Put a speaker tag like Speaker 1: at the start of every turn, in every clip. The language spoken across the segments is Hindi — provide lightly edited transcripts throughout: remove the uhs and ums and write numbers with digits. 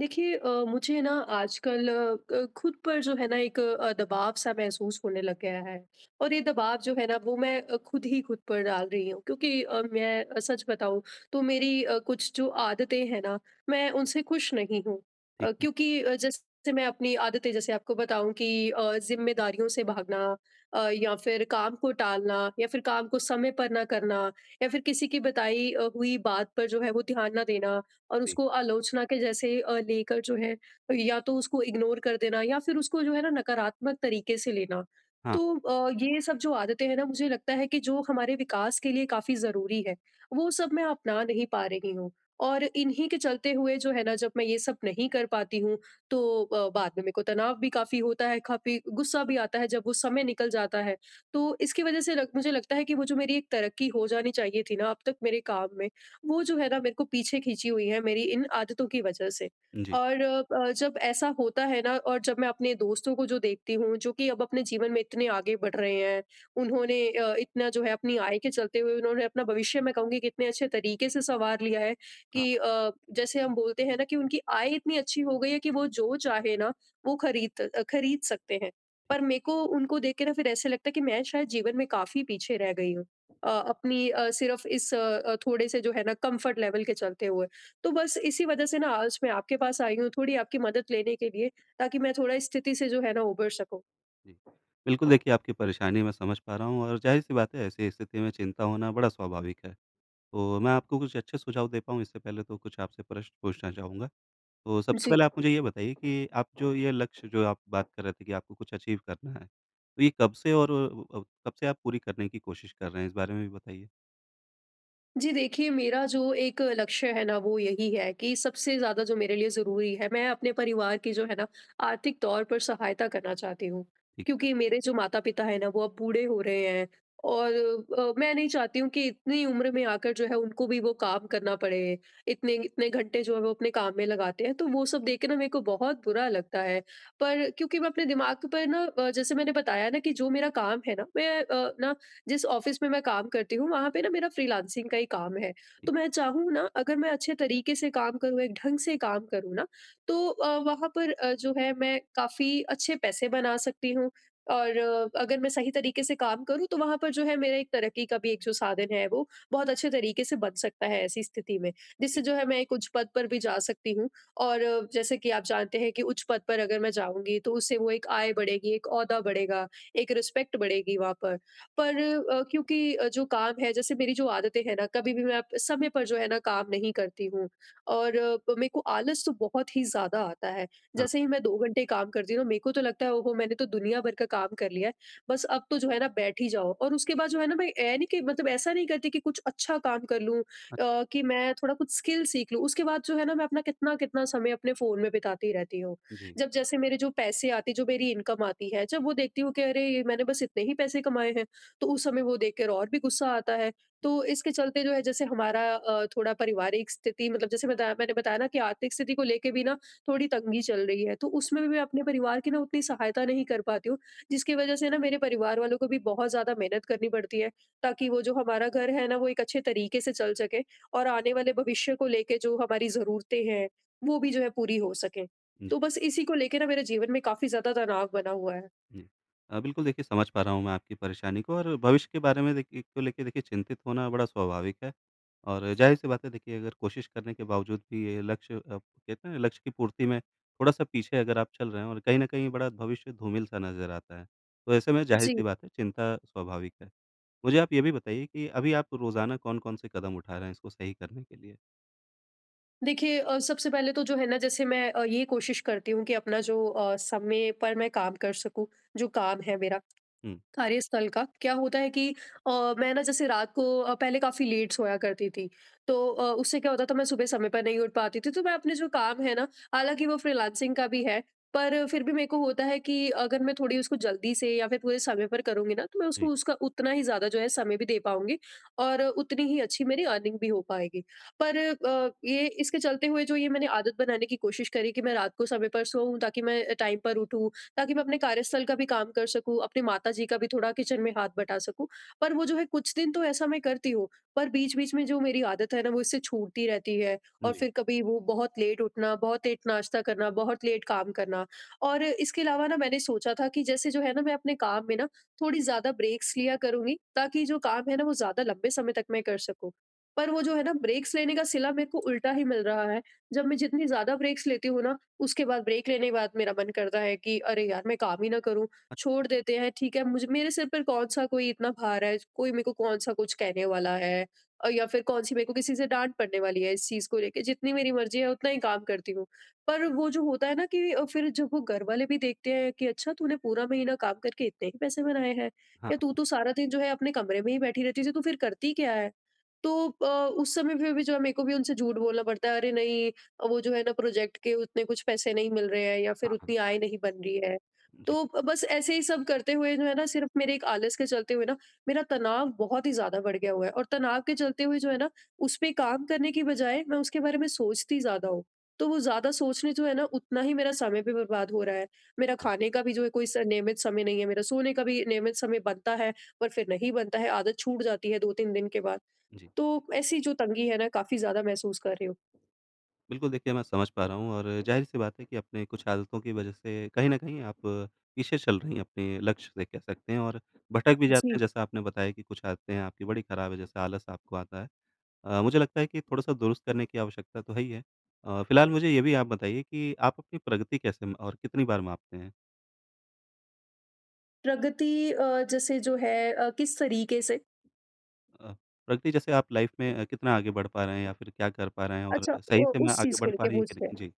Speaker 1: देखिए मुझे ना आजकल खुद पर जो है ना एक दबाव सा महसूस होने लग गया है। और ये दबाव जो है ना वो मैं खुद ही खुद पर डाल रही हूँ, क्योंकि मैं सच बताऊँ तो मेरी कुछ जो आदतें हैं ना, मैं उनसे खुश नहीं हूँ।
Speaker 2: ठीक
Speaker 1: क्योंकि जैसे मैं अपनी आदतें जैसे आपको बताऊं कि जिम्मेदारियों से भागना, या फिर काम को टालना या फिर काम को समय पर ना करना या फिर किसी की बताई हुई बात पर जो है वो ध्यान ना देना और
Speaker 2: है, जी।
Speaker 1: उसको आलोचना के जैसे लेकर जो है, या तो उसको इग्नोर कर देना या फिर उसको जो है ना नकारात्मक तरीके से लेना।
Speaker 2: हाँ,
Speaker 1: तो ये सब जो आदतें हैं ना, मुझे लगता है कि जो हमारे विकास के लिए काफ़ी ज़रूरी है, वो सब मैं अपना नहीं पा रही हूँ। और इन्हीं के चलते हुए जो है ना, जब मैं ये सब नहीं कर पाती हूँ तो बाद में मेरे को तनाव भी काफ़ी होता है, काफ़ी गुस्सा भी आता है जब वो समय निकल जाता है। तो इसकी वजह से लग मुझे लगता है कि वो जो मेरी एक तरक्की हो जानी चाहिए थी ना अब तक मेरे काम में, वो जो है ना मेरे को पीछे खींची हुई है मेरी इन आदतों की वजह से।
Speaker 2: जी।
Speaker 1: और जब ऐसा होता है ना, और जब मैं अपने दोस्तों को जो देखती हूँ जो कि अब अपने जीवन में इतने आगे बढ़ रहे हैं, उन्होंने इतना जो है अपनी आय के चलते हुए उन्होंने अपना भविष्य मैं कहूँगी कि इतने अच्छे तरीके से सँवार लिया है
Speaker 2: हाँ,
Speaker 1: कि जैसे हम बोलते हैं ना कि उनकी आय इतनी अच्छी हो गई है कि वो जो चाहे ना वो खरीद सकते हैं। पर
Speaker 2: ठीक
Speaker 1: मेरे को उनको देख के ना फिर ऐसे लगता है कि मैं शायद जीवन में काफ़ी पीछे रह गई हूँ। अपनी सिर्फ़ इस थोड़े से जो है ना कम्फ़र्ट लेवल के चलते हुए। तो बस इसी वज़ह से ना आज मैं आपके पास आई हूँ, थोड़ी आपकी मदद लेने के लिए, ताकि मैं थोड़ा इस स्थिति से जो है ना उबर सकूँ।
Speaker 2: है, जी। बिल्कुल देखिए आपकी परेशानी मैं समझ पा रहा हूँ और ज़ाहिर-सी बात है ऐसी स्थिति में चिंता होना बड़ा स्वाभाविक है। तो मैं आपको कुछ अच्छे सुझाव दे पाऊँ इससे पहले तो कुछ आपसे प्रश्न पूछना चाहूँगा। तो सबसे
Speaker 1: जी।
Speaker 2: पहले आप मुझे ये बताइए कि आप जो ये लक्ष्य जो आप बात कर रहे थे कि आपको कुछ अचीव करना है, तो ये कब से और कब से आप पूरी करने की कोशिश कर रहे हैं? इस बारे में भी बताइए।
Speaker 1: जी देखिए, मेरा जो एक लक्ष्य है ना वो यही है कि सबसे ज़्यादा जो मेरे लिए ज़रूरी है, मैं अपने परिवार की जो है ना आर्थिक तौर पर सहायता करना चाहती हूँ।
Speaker 2: ठीक है,
Speaker 1: क्योंकि मेरे जो माता-पिता हैं ना वो अब बूढ़े हो रहे हैं और मैं नहीं चाहती हूँ कि इतनी उम्र में आकर जो है उनको भी वो काम करना पड़े। इतने इतने घंटे जो है वो अपने काम में लगाते हैं, तो वो सब देख के ना मेरे को बहुत बुरा लगता है। पर क्योंकि मैं अपने दिमाग पर ना जैसे मैंने बताया ना कि जो मेरा काम है ना मैं ना जिस ऑफिस में मैं काम करती हूँ वहाँ पे ना मेरा फ्रीलांसिंग का ही काम है। तो
Speaker 2: ठीक,
Speaker 1: मैं चाहूँ ना, अगर मैं अच्छे तरीके से काम करूँ, एक ढंग से काम करूँ ना, तो वहाँ पर जो है मैं काफ़ी अच्छे पैसे बना सकती हूँ और अगर मैं सही तरीके से काम करूँ तो वहाँ पर जो है मेरा एक तरक्की का भी एक जो साधन है वो बहुत अच्छे तरीके से बन सकता है ऐसी स्थिति में।
Speaker 2: जी।
Speaker 1: जिससे जो है मैं एक उच्च पद पर भी जा सकती हूँ, और जैसे कि आप जानते हैं कि उच्च पद पर अगर मैं जाऊँगी तो उससे वो एक आय बढ़ेगी, एक ओहदा बढ़ेगा, एक रिस्पेक्ट बढ़ेगी वहाँ पर। पर क्योंकि जो काम है, जैसे मेरी जो आदतें हैं ना, कभी भी मैं समय पर जो है ना काम नहीं करती हूँ, और मेरे को आलस तो बहुत ही ज्यादा आता है।
Speaker 2: हाँ,
Speaker 1: जैसे ही मैं 2 घंटे काम करती हूँ ना, मेरे को तो लगता है ओहो मैंने तो दुनिया भर का काम कर लिया है, बस अब तो जो है ना बैठ ही जाओ। और उसके बाद जो है ना, मैं ऐ नहीं कि मतलब, ऐसा नहीं करती कि कुछ अच्छा काम कर लूँ,
Speaker 2: अ,
Speaker 1: कि मैं थोड़ा कुछ स्किल सीख लूँ। उसके बाद जो है ना मैं अपना कितना कितना समय अपने फोन में बिताती रहती हूँ।
Speaker 2: जी।
Speaker 1: जब जैसे मेरे जो पैसे आते, जो मेरी इनकम आती है, जब वो देखती हूँ कि अरे ये मैंने बस इतने ही पैसे कमाए हैं, तो उस समय वो देखकर और भी गुस्सा आता है। तो इसके चलते जो है, जैसे हमारा थोड़ा पारिवारिक स्थिति मतलब जैसे बताया, मैंने बताया ना कि आर्थिक स्थिति को लेके भी ना थोड़ी तंगी चल रही है। तो उसमें भी मैं अपने परिवार की ना उतनी सहायता नहीं कर पाती हूँ, जिसकी वजह से ना मेरे परिवार वालों को भी बहुत ज़्यादा मेहनत करनी पड़ती है, ताकि वो जो हमारा घर है ना वो एक अच्छे तरीके से चल सके और आने वाले भविष्य को लेके जो हमारी ज़रूरतें हैं, वो भी जो है पूरी हो सकें। तो बस इसी को लेके ना मेरे जीवन में काफ़ी ज़्यादा तनाव बना हुआ है।
Speaker 2: जी। बिल्कुल देखिए समझ पा रहा हूँ मैं आपकी परेशानी को और भविष्य के बारे में देखिए को लेके देखिए चिंतित होना बड़ा स्वाभाविक है और जाहिर सी बात है देखिए अगर कोशिश करने के बावजूद भी ये लक्ष्य कहते हैं ना, लक्ष्य की पूर्ति में थोड़ा सा पीछे अगर आप चल रहे हैं और कहीं न कहीं बड़ा भविष्य धूमिल सा नज़र आता है। तो ऐसे में जाहिर
Speaker 1: जी।
Speaker 2: सी बात है चिंता स्वाभाविक है। मुझे आप ये भी बताइए कि अभी आप रोज़ाना कौन-कौन से कदम उठा रहे हैं इसको सही करने के लिए?
Speaker 1: देखिए, सबसे पहले तो जो है ना, जैसे मैं ये कोशिश करती हूँ कि अपना जो समय पर मैं काम कर सकूँ, जो काम है मेरा।
Speaker 2: हुँ,
Speaker 1: कार्यस्थल का क्या होता है कि मैं ना जैसे रात को पहले काफ़ी लेट सोया करती थी। तो उससे क्या होता था मैं सुबह समय पर नहीं उठ पाती थी। तो मैं अपने जो काम है ना, हालाँकि वो फ्रीलांसिंग का भी है, पर फिर भी मेरे को होता है कि अगर मैं थोड़ी उसको जल्दी से या फिर पूरे समय पर करूँगी ना, तो मैं उसको
Speaker 2: जी।
Speaker 1: उसका उतना ही ज़्यादा जो है समय भी दे पाऊँगी और उतनी ही अच्छी मेरी अर्निंग भी हो पाएगी। पर ये इसके चलते हुए जो, ये मैंने आदत बनाने की कोशिश करी कि मैं रात को समय पर सोऊँ, ताकि मैं टाइम पर उठूँ, ताकि मैं अपने कार्यस्थल का भी काम कर सकूँ, अपने माताजी का भी थोड़ा किचन में हाथ बटा सकूँ। पर वो जो है कुछ दिन तो ऐसा मैं करती हूँ, पर बीच-बीच में जो मेरी आदत है ना वो इससे छूटती रहती है, और
Speaker 2: जी।
Speaker 1: फिर कभी वो बहुत लेट उठना, बहुत लेट नाश्ता करना, बहुत लेट काम करना। और इसके अलावा ना, मैंने सोचा था कि जैसे जो है ना मैं अपने काम में ना थोड़ी ज़्यादा ब्रेक्स लिया करूँगी, ताकि जो काम है ना वो ज़्यादा लंबे समय तक मैं कर सकूँ। पर वो जो है ना ब्रेक्स लेने का सिला मेरे को उल्टा ही मिल रहा है। जब मैं जितनी ज़्यादा ब्रेक्स लेती हूँ ना, उसके बाद ब्रेक लेने के बाद मेरा मन करता है कि अरे यार, मैं काम ही ना करूँ, छोड़ देते हैं ठीक है, मुझे मेरे सिर पर कौन-सा कोई इतना भार है, कोई मेरे को कौन-सा कुछ कहने वाला है, या फिर कौन-सी मेरे को किसी से डाँट पड़ने वाली है इस चीज़ को लेके, जितनी मेरी मर्ज़ी है उतना ही काम करती हूँ। पर वो जो होता है ना कि फिर जब वो घर वाले भी देखते हैं कि अच्छा तूने पूरा महीना काम करके इतने ही पैसे बनाए हैं,
Speaker 2: हाँ,
Speaker 1: या तू तो सारा दिन जो है अपने कमरे में ही बैठी रहती थी, तो फिर करती क्या है? तो उस समय पे भी जो है मेरे को भी उनसे झूठ बोलना पड़ता है, अरे नहीं, वो जो है ना प्रोजेक्ट के उतने कुछ पैसे नहीं मिल रहे हैं या फिर
Speaker 2: हाँ, हाँ।
Speaker 1: उतनी आय नहीं बन रही है।
Speaker 2: जी,
Speaker 1: तो ब बस ऐसे ही सब करते हुए जो है ना सिर्फ़ मेरे एक आलस के चलते हुए ना मेरा तनाव बहुत ही ज़्यादा बढ़ गया हुआ है, और तनाव के चलते हुए जो है ना उस पे काम करने की बजाय मैं उसके बारे में सोचती ज़्यादा हूँ। तो वो ज़्यादा सोचने जो है ना उतना ही मेरा समय भी बर्बाद हो रहा है। मेरा
Speaker 2: हाँ।
Speaker 1: खाने का भी जो है कोई स नियमित समय नहीं है, मेरा सोने का भी नियमित समय बनता है पर फिर नहीं बनता है, आदत छूट जाती है 2-3 दिन के बाद।
Speaker 2: जी।
Speaker 1: तो ऐसी जो तंगी है ना, काफ़ी ज़्यादा महसूस कर रही हूँ।
Speaker 2: बिल्कुल, देखिए मैं समझ पा रहा हूँ और ज़ाहिर-सी बात है कि अपने कुछ आदतों की वजह से कहीं न कहीं आप पीछे चल रही हैं अपने लक्ष्य से कह सकते हैं और भटक भी जाते हैं।
Speaker 1: जी।
Speaker 2: जैसा आपने बताया कि कुछ आदतें हैं आपकी बड़ी खराब है, जैसे आलस आपको आता है। मुझे लगता है कि थोड़ा-सा दुरुस्त करने की आवश्यकता तो है ही है। फिलहाल मुझे ये भी आप बताइए कि आप अपनी प्रगति कैसे म और कितनी बार मापते हैं?
Speaker 1: प्रगति जैसे जो है किस तरीके से?
Speaker 2: अ, प्रगति जैसे आप लाइफ़ में कितना आगे बढ़ पा रहे हैं या फिर क्या कर पा रहे हैं और
Speaker 1: अच्छा,
Speaker 2: सही से में
Speaker 1: उस
Speaker 2: आगे
Speaker 1: चीज़ को
Speaker 2: बढ़ पा
Speaker 1: लेके
Speaker 2: रही हैं कि
Speaker 1: पूछते हैं।
Speaker 2: नहीं? जी।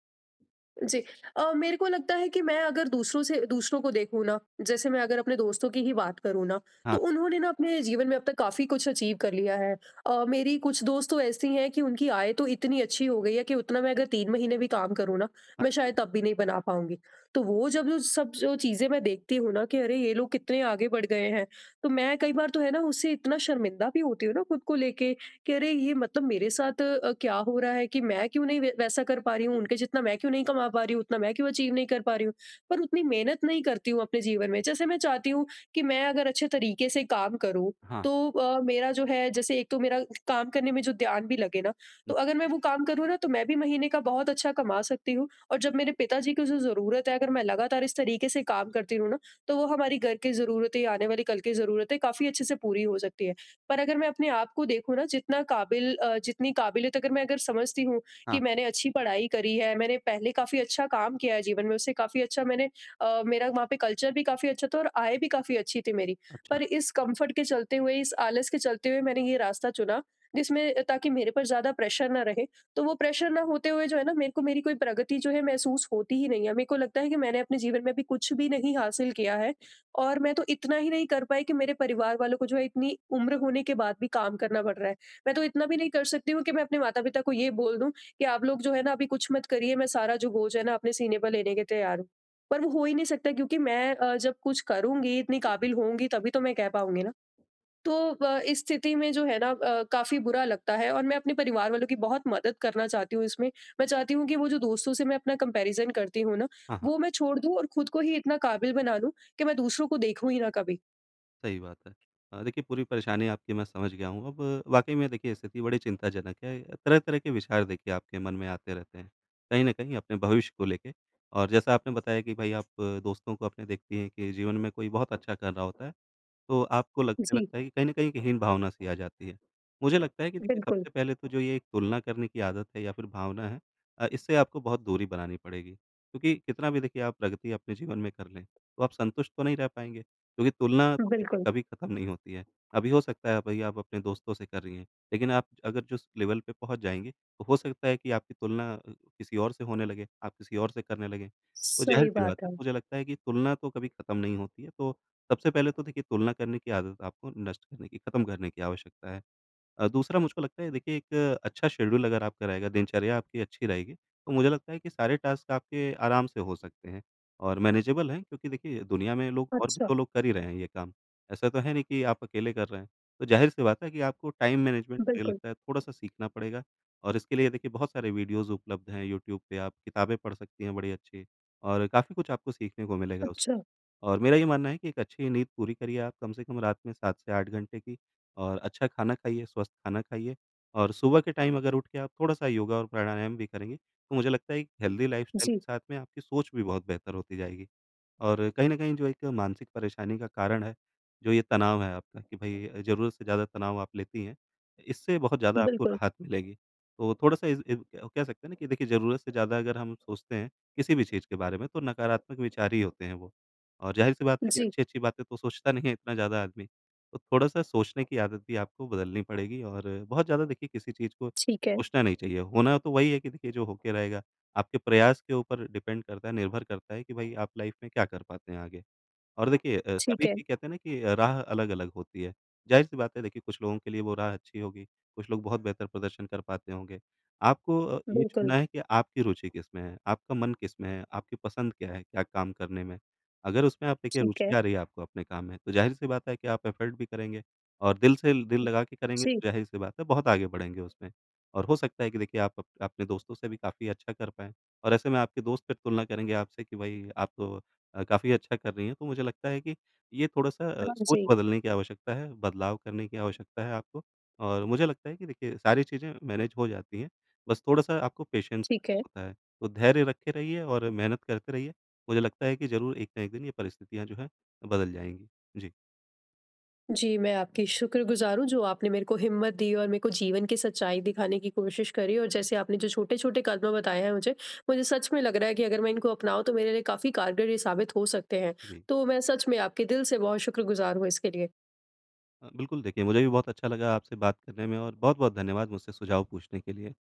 Speaker 1: जी। मेरे को लगता है कि मैं अगर दूसरों को देखूँ ना, जैसे मैं अगर अपने दोस्तों की ही बात करूँ ना, तो
Speaker 2: हाँ,
Speaker 1: उन्होंने ना अपने जीवन में अब तक काफ़ी कुछ अचीव कर लिया है। मेरी कुछ दोस्त तो ऐसी हैं कि उनकी आय तो इतनी अच्छी हो गई है कि उतना मैं अगर 3 महीने भी काम करूँ ना, मैं
Speaker 2: हाँ,
Speaker 1: शायद तब भी नहीं बना पाऊँगी। तो वो जब जो सब जो चीज़ें मैं देखती हूँ ना कि अरे! ये लोग कितने आगे बढ़ गए हैं। तो मैं कई बार तो है ना उससे इतना शर्मिंदा भी होती हूँ ना खुद को लेके, कि अरे ये मतलब मेरे साथ क्या हो रहा है, कि मैं क्यों नहीं वैसा कर पा रही हूँ उनके जितना, मैं क्यों नहीं कमा पा रही हूँ उतना, मैं क्यों अचीव नहीं कर पा रही हूँ, पर उतनी मेहनत नहीं करती हूँ अपने जीवन में, जैसे मैं चाहती हूँ कि मैं अगर अच्छे तरीके से काम करूँ,
Speaker 2: हाँ।
Speaker 1: तो मेरा जो है जैसे एक तो मेरा काम करने में जो ध्यान भी लगे ना, तो
Speaker 2: जी,
Speaker 1: अगर मैं वो काम करूँ ना तो मैं भी महीने का बहुत अच्छा कमा सकती हूँ, और जब मेरे पिताजी की जो जरूरत है, अगर मैं लगातार इस तरीके से काम करती रहूँ ना, तो वो हमारी घर की जरूरतें, आने वाली कल की जरूरतें काफी अच्छे से पूरी हो सकती है। पर अगर मैं अपने आप को देखूँ ना, जितना काबिल जितनी काबिलियत अगर मैं अगर समझती हूँ कि
Speaker 2: हाँ।
Speaker 1: मैंने अच्छी पढ़ाई करी है, मैंने पहले काफ़ी अच्छा काम किया है जीवन में, उससे काफ़ी अच्छा मैंने मेरा वहाँ पे कल्चर भी काफ़ी अच्छा था और आय भी काफ़ी अच्छी थी मेरी।
Speaker 2: अच्छा।
Speaker 1: पर इस कम्फ़र्ट के चलते हुए, इस आलस के चलते हुए मैंने ये रास्ता चुना, जिसमें ताकि मेरे पर ज़्यादा प्रेशर ना रहे। तो वो प्रेशर ना होते हुए जो है ना मेरे को मेरी कोई प्रगति जो है महसूस होती ही नहीं है। मेरे को लगता है कि मैंने अपने जीवन में अभी कुछ भी नहीं हासिल किया है, और मैं तो इतना ही नहीं कर पाई कि मेरे परिवार वालों को जो है इतनी उम्र होने के बाद भी काम करना पड़ रहा है। मैं तो इतना भी नहीं कर सकती हूँ कि मैं अपने माता-पिता को ये बोल दूँ कि आप लोग जो है ना अभी कुछ मत करिए, मैं सारा जो बोझ है ना अपने सीने पर लेने के तैयार हूँ। पर वो हो ही नहीं सकता, क्योंकि मैं जब कुछ करूँगी, इतनी
Speaker 2: जी।
Speaker 1: काबिल होऊँगी, तभी तो मैं कह पाऊँगी ना। तो इस स्थिति में जो है ना काफ़ी बुरा लगता है, और मैं अपने परिवार वालों की बहुत मदद करना चाहती हूँ इसमें। मैं चाहती हूँ कि वो जो दोस्तों से मैं अपना कंपैरिज़न करती हूँ ना,
Speaker 2: हाँ, हाँ।
Speaker 1: वो मैं छोड़ दूँ और खुद को ही इतना काबिल बना लूँ कि मैं दूसरों को देखूँ ही ना कभी।
Speaker 2: सही बात है। देखिए पूरी परेशानी आपकी मैं समझ गया हूँ। अब वाक़ई में देखिए स्थिति बड़ी चिंताजनक है। तरह-तरह के विचार देखिए आपके मन में आते रहते हैं, कहीं न कहीं अपने भविष्य को लेके और जैसा आपने बताया कि भई आप दोस्तों को अपने देखती हैं कि जीवन में कोई बहुत अच्छा कर रहा होता है तो आपको लगने
Speaker 1: जी,
Speaker 2: लगता है कि कहीं न कहीं एक हीन भावना सी आ जाती है। मुझे लगता है कि देखिए
Speaker 1: बिल्कुल,
Speaker 2: सबसे पहले तो जो ये एक तुलना करने की आदत है या फिर भावना है, इससे आपको बहुत दूरी बनानी पड़ेगी। क्योंकि कितना भी देखिए आप प्रगति अपने जीवन में कर लें, तो आप संतुष्ट तो नहीं रह पाएँगे क्योंकि तुलना तो देखिए
Speaker 1: बिल्कुल।
Speaker 2: कभी ख़त्म नहीं होती है। अभी हो सकता है भई आप अपने दोस्तों से कर रही हैं, लेकिन आप अगर जिस लेवल पे पहुँच जाएँगे, तो हो सकता है कि आपकी तुलना किसी और से होने लगे, आप किसी और से करने लगें। तो
Speaker 1: सही
Speaker 2: ज़ाहिर-सी बात
Speaker 1: बात
Speaker 2: है
Speaker 1: है।
Speaker 2: मुझे लगता है कि तुलना तो कभी ख़त्म नहीं होती है, तो सबसे पहले तो देखिए तुलना करने की आदत आपको नष्ट करने की, खत्म करने की आवश्यकता है। दूसरा मुझको लगता है देखिए एक अच्छा शेड्यूल अगर आपका रहेगा, दिनचर्या आपकी अच्छी रहेगी, तो मुझे लगता है कि सारे टास्क आपके आराम से हो सकते हैं और मैनेजेबल हैं, क्योंकि देखिए दुनिया में लोग और भी
Speaker 1: अच्छा,
Speaker 2: तो लोग कर ही रहे हैं ये काम। ऐसा तो है नहीं कि आप अकेले कर रहे हैं। तो ज़ाहिर-सी बात है कि आपको टाइम मैनेजमेंट मुझे
Speaker 1: बिल्कुल,
Speaker 2: लगता है थोड़ा-सा सीखना पड़ेगा और इसके लिए देखिए बहुत सारे वीडियोज़ उपलब्ध हैं यूट्यूब पे, आप किताबें पढ़ सकती हैं बड़ी अच्छी और काफ़ी कुछ आपको सीखने को मिलेगा
Speaker 1: अच्छा,
Speaker 2: उससे। और मेरा ये मानना है कि एक अच्छी नींद पूरी करिए आप, कम से कम रात में 7 से 8 घंटे की। और अच्छा खाना खाइए, स्वस्थ खाना खाइए और सुबह के टाइम अगर उठ के आप थोड़ा-सा योगा और प्राणायाम भी करेंगे, तो मुझे लगता है एक हेल्दी लाइफ़स्टाइल
Speaker 1: जी,
Speaker 2: के साथ में आपकी सोच भी बहुत बेहतर होती जाएगी। और कहीं न कहीं जो एक मानसिक परेशानी का कारण है, जो ये तनाव है आपका कि भई ज़रूरत से ज़्यादा तनाव आप लेती हैं, इससे बहुत ज़्यादा आपको
Speaker 1: बिल्कुल,
Speaker 2: राहत मिलेगी। तो थोड़ा-सा इस इव क कह सकते हैं ना कि देखिए ज़रूरत से ज़्यादा अगर हम सोचते हैं, किसी भी चीज़ के बारे में, तो नकारात्मक विचार ही होते हैं वो। और ज़ाहिर-सी बात है कि
Speaker 1: जी,
Speaker 2: अच्छी-अच्छी बातें तो सोचता नहीं है इतना ज़्यादा आदमी। तो थोड़ा-सा सोचने की आदत भी आपको बदलनी पड़ेगी और बहुत ज़्यादा देखिए किसी चीज़ को
Speaker 1: ठीक है,
Speaker 2: सोचना नहीं चाहिए। होना तो वही है कि देखिए जो होके रहेगा, आपके प्रयास के ऊपर डिपेंड करता है, निर्भर करता है कि भाई आप लाइफ में क्या कर पाते हैं आगे। और देखिए
Speaker 1: ठीक
Speaker 2: सभी
Speaker 1: है,
Speaker 2: की कहते हैं ना कि राह अलग-अलग होती है। ज़ाहिर-सी बात है देखिए कुछ लोगों के लिए वो राह अच्छी होगी, कुछ लोग बहुत बेहतर प्रदर्शन कर पाते होंगे। आपको ये
Speaker 1: बिल्कुल,
Speaker 2: चुनना है कि आपकी रुचि किसमें है, आपका मन किसमें है, आपकी पसंद क्या है, क्या काम करने में। अगर उसमें आप देखिए
Speaker 1: ठीक है।
Speaker 2: रुचि आ रही है आपको अपने काम में, तो ज़ाहिर-सी बात है कि आप एफ़र्ट भी करेंगे और दिल से दिल लगा के करेंगे
Speaker 1: जी,
Speaker 2: तो ज़ाहिर-सी बात है बहुत आगे बढ़ेंगे उसमें। और हो सकता है कि देखिए आप अप अपने दोस्तों से भी काफ़ी अच्छा कर पाएँ और ऐसे में आपके दोस्त फिर तुलना करेंगे आपसे कि भई आप तो काफ़ी अच्छा कर रही हैं। तो मुझे लगता है कि ये थोड़ा-सा
Speaker 1: हाँ
Speaker 2: सोच
Speaker 1: जी,
Speaker 2: बदलने की आवश्यकता है, बदलाव करने की आवश्यकता है आपको और मुझे लगता है कि देखिए सारी चीज़ें मैनेज हो जाती हैं, बस थोड़ा-सा आपको पेशेंस
Speaker 1: ठीक है।
Speaker 2: होता है। तो धैर्य रखे रहिए और मेहनत करते रहिए। मुझे लगता है कि ज़रूर एक ना एक दिन ये परिस्थितियाँ जो हैं बदल जाएँगी। जी,
Speaker 1: जी, मैं आपकी शुक्रगुज़ार हूँ जो आपने मेरे को हिम्मत दी और मेरे को जीवन की सच्चाई दिखाने की कोशिश करी, और जैसे आपने जो छोटे-छोटे कदम बताए हैं मुझे, मुझे सच में लग रहा है कि अगर मैं इनको अपनाऊँ तो मेरे लिए काफ़ी कारगर ये साबित हो सकते हैं।
Speaker 2: जी।
Speaker 1: तो मैं सच में आपके दिल से बहुत शुक्रगुज़ार हूँ इसके लिए।
Speaker 2: बिल्कुल देखिए मुझे भी बहुत अच्छा लगा आपसे बात करने में और बहुत-बहुत धन्यवाद मुझसे सुझाव पूछने के लिए।